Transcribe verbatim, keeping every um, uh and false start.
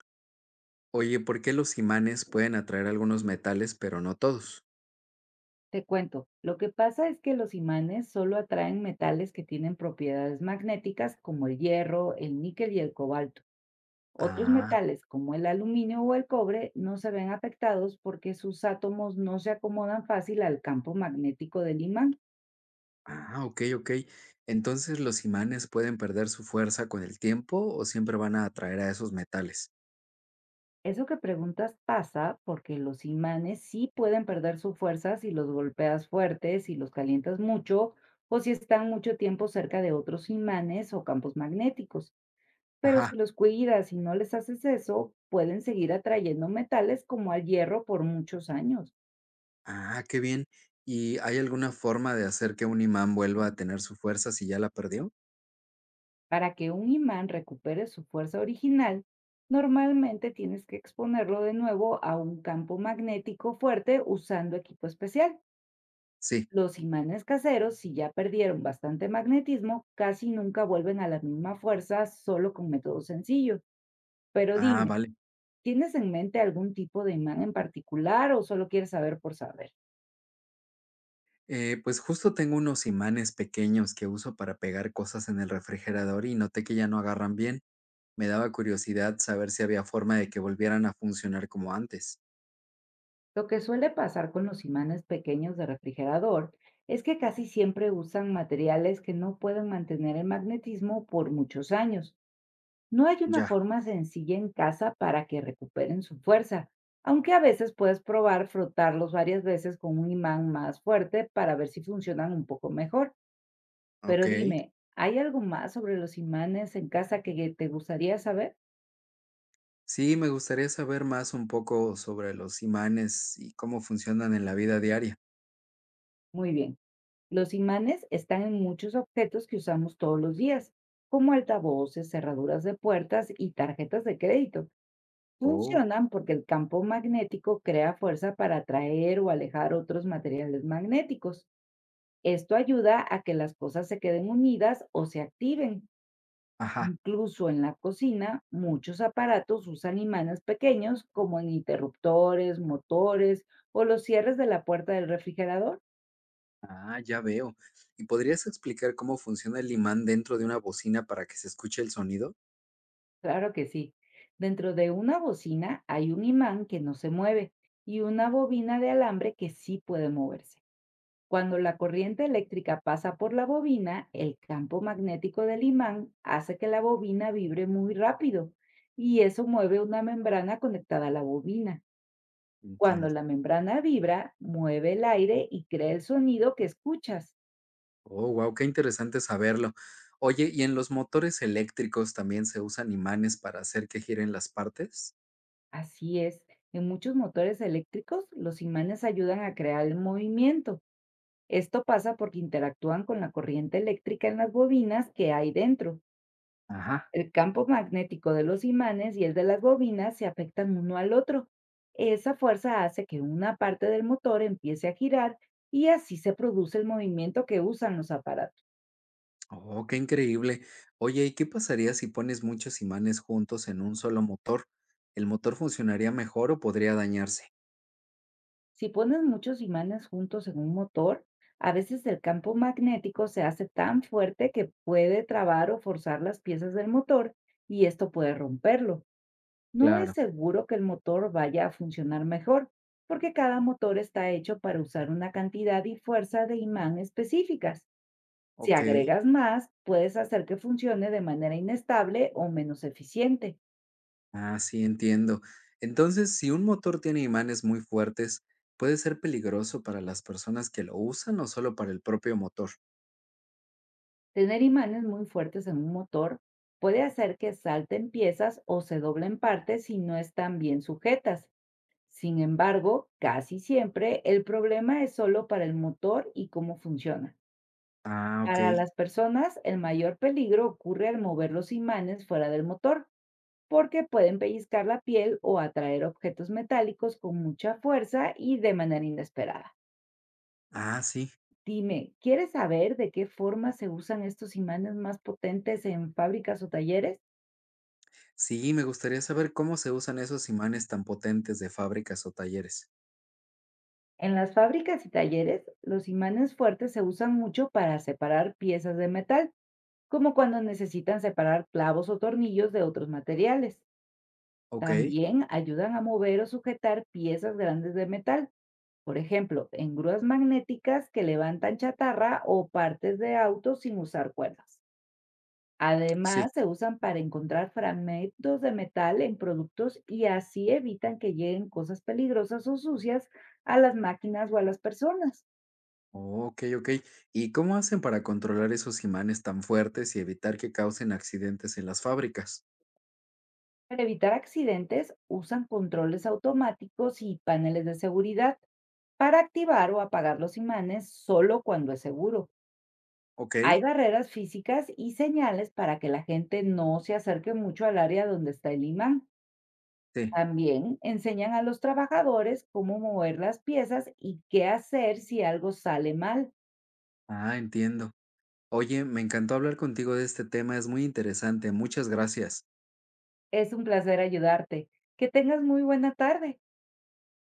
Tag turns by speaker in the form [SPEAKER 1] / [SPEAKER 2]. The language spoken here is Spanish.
[SPEAKER 1] Oye, ¿por qué los imanes pueden atraer algunos metales, pero no todos?
[SPEAKER 2] Te cuento, lo que pasa es que los imanes solo atraen metales que tienen propiedades magnéticas como el hierro, el níquel y el cobalto. Otros
[SPEAKER 1] Ah,
[SPEAKER 2] metales como el aluminio o el cobre no se ven afectados porque sus átomos no se acomodan fácil al campo magnético del imán.
[SPEAKER 1] ah, ok, ok. Entonces, ¿los imanes pueden perder su fuerza con el tiempo o siempre van a atraer a esos metales?
[SPEAKER 2] Eso que preguntas pasa porque los imanes sí pueden perder su fuerza si los golpeas fuerte, si los calientas mucho o si están mucho tiempo cerca de otros imanes o campos magnéticos. Pero si
[SPEAKER 1] Ajá,
[SPEAKER 2] los cuidas y no les haces eso, pueden seguir atrayendo metales como al hierro por muchos años.
[SPEAKER 1] ah, qué bien. ¿Y hay alguna forma de hacer que un imán vuelva a tener su fuerza si ya la perdió?
[SPEAKER 2] Para que un imán recupere su fuerza original, normalmente tienes que exponerlo de nuevo a un campo magnético fuerte usando equipo especial.
[SPEAKER 1] Sí.
[SPEAKER 2] Los imanes caseros, si ya perdieron bastante magnetismo, casi nunca vuelven a la misma fuerza solo con métodos sencillos. Pero
[SPEAKER 1] Ah,
[SPEAKER 2] dime,
[SPEAKER 1] vale.
[SPEAKER 2] ¿tienes en mente algún tipo de imán en particular o solo quieres saber por saber?
[SPEAKER 1] Eh, pues justo tengo unos imanes pequeños que uso para pegar cosas en el refrigerador y noté que ya no agarran bien. Me daba curiosidad saber si había forma de que volvieran a funcionar como antes.
[SPEAKER 2] Lo que suele pasar con los imanes pequeños de refrigerador es que casi siempre usan materiales que no pueden mantener el magnetismo por muchos años. No hay una
[SPEAKER 1] Ya,
[SPEAKER 2] forma sencilla en casa para que recuperen su fuerza, aunque a veces puedes probar frotarlos varias veces con un imán más fuerte para ver si funcionan un poco mejor. Pero
[SPEAKER 1] okey.
[SPEAKER 2] dime, ¿hay algo más sobre los imanes en casa que te gustaría saber?
[SPEAKER 1] Sí, me gustaría saber más un poco sobre los imanes y cómo funcionan en la vida diaria.
[SPEAKER 2] Muy bien. Los imanes están en muchos objetos que usamos todos los días, como altavoces, cerraduras de puertas y tarjetas de crédito.
[SPEAKER 1] Oh,
[SPEAKER 2] Funcionan porque el campo magnético crea fuerza para atraer o alejar otros materiales magnéticos. Esto ayuda a que las cosas se queden unidas o se activen.
[SPEAKER 1] ajá.
[SPEAKER 2] Incluso en la cocina, muchos aparatos usan imanes pequeños como en interruptores, motores o los cierres de la puerta del refrigerador.
[SPEAKER 1] Ah, ya veo. ¿Y podrías explicar cómo funciona el imán dentro de una bocina para que se escuche el sonido?
[SPEAKER 2] Claro que sí. Dentro de una bocina hay un imán que no se mueve y una bobina de alambre que sí puede moverse. Cuando la corriente eléctrica pasa por la bobina, el campo magnético del imán hace que la bobina vibre muy rápido y eso mueve una membrana conectada a la bobina. Cuando
[SPEAKER 1] Entiendo.
[SPEAKER 2] la membrana vibra, mueve el aire y crea el sonido que escuchas.
[SPEAKER 1] Oh, wow, qué interesante saberlo. Oye, ¿y en los motores eléctricos también se usan imanes para hacer que giren las partes?
[SPEAKER 2] Así es, en muchos motores eléctricos los imanes ayudan a crear el movimiento. Esto pasa porque interactúan con la corriente eléctrica en las bobinas que hay dentro.
[SPEAKER 1] Ajá.
[SPEAKER 2] El campo magnético de los imanes y el de las bobinas se afectan uno al otro. Esa fuerza hace que una parte del motor empiece a girar y así se produce el movimiento que usan los aparatos.
[SPEAKER 1] Oh, qué increíble. Oye, ¿y qué pasaría si pones muchos imanes juntos en un solo motor? ¿El motor funcionaría mejor o podría dañarse?
[SPEAKER 2] Si pones muchos imanes juntos en un motor, a veces el campo magnético se hace tan fuerte que puede trabar o forzar las piezas del motor y esto puede romperlo. No es
[SPEAKER 1] Claro.
[SPEAKER 2] seguro que el motor vaya a funcionar mejor, porque cada motor está hecho para usar una cantidad y fuerza de imán específicas. Si
[SPEAKER 1] Ok,
[SPEAKER 2] agregas más, puedes hacer que funcione de manera inestable o menos eficiente.
[SPEAKER 1] ah, sí, entiendo. Entonces, si un motor tiene imanes muy fuertes, ¿puede ser peligroso para las personas que lo usan o solo para el propio motor?
[SPEAKER 2] Tener imanes muy fuertes en un motor puede hacer que salten piezas o se doblen partes si no están bien sujetas. Sin embargo, casi siempre el problema es solo para el motor y cómo funciona.
[SPEAKER 1] Ah, ok.
[SPEAKER 2] Para las personas, el mayor peligro ocurre al mover los imanes fuera del motor, porque pueden pellizcar la piel o atraer objetos metálicos con mucha fuerza y de manera inesperada.
[SPEAKER 1] Ah, sí.
[SPEAKER 2] Dime, ¿quieres saber de qué forma se usan estos imanes más potentes en fábricas o talleres?
[SPEAKER 1] Sí, me gustaría saber cómo se usan esos imanes tan potentes de fábricas o talleres.
[SPEAKER 2] En las fábricas y talleres, los imanes fuertes se usan mucho para separar piezas de metal, como cuando necesitan separar clavos o tornillos de otros materiales.
[SPEAKER 1] Ok,
[SPEAKER 2] También ayudan a mover o sujetar piezas grandes de metal, por ejemplo, en grúas magnéticas que levantan chatarra o partes de autos sin usar cuerdas.
[SPEAKER 1] sí.
[SPEAKER 2] Además, se usan para encontrar fragmentos de metal en productos y así evitan que lleguen cosas peligrosas o sucias a las máquinas o a las personas.
[SPEAKER 1] Oh, ok, ok. ¿Y cómo hacen para controlar esos imanes tan fuertes y evitar que causen accidentes en las fábricas?
[SPEAKER 2] Para evitar accidentes, usan controles automáticos y paneles de seguridad para activar o apagar los imanes solo cuando es seguro.
[SPEAKER 1] Ok,
[SPEAKER 2] Hay barreras físicas y señales para que la gente no se acerque mucho al área donde está el imán.
[SPEAKER 1] sí.
[SPEAKER 2] También enseñan a los trabajadores cómo mover las piezas y qué hacer si algo sale mal.
[SPEAKER 1] Ah, entiendo. Oye, me encantó hablar contigo de este tema, es muy interesante. Muchas gracias.
[SPEAKER 2] Es un placer ayudarte. Que tengas muy buena tarde.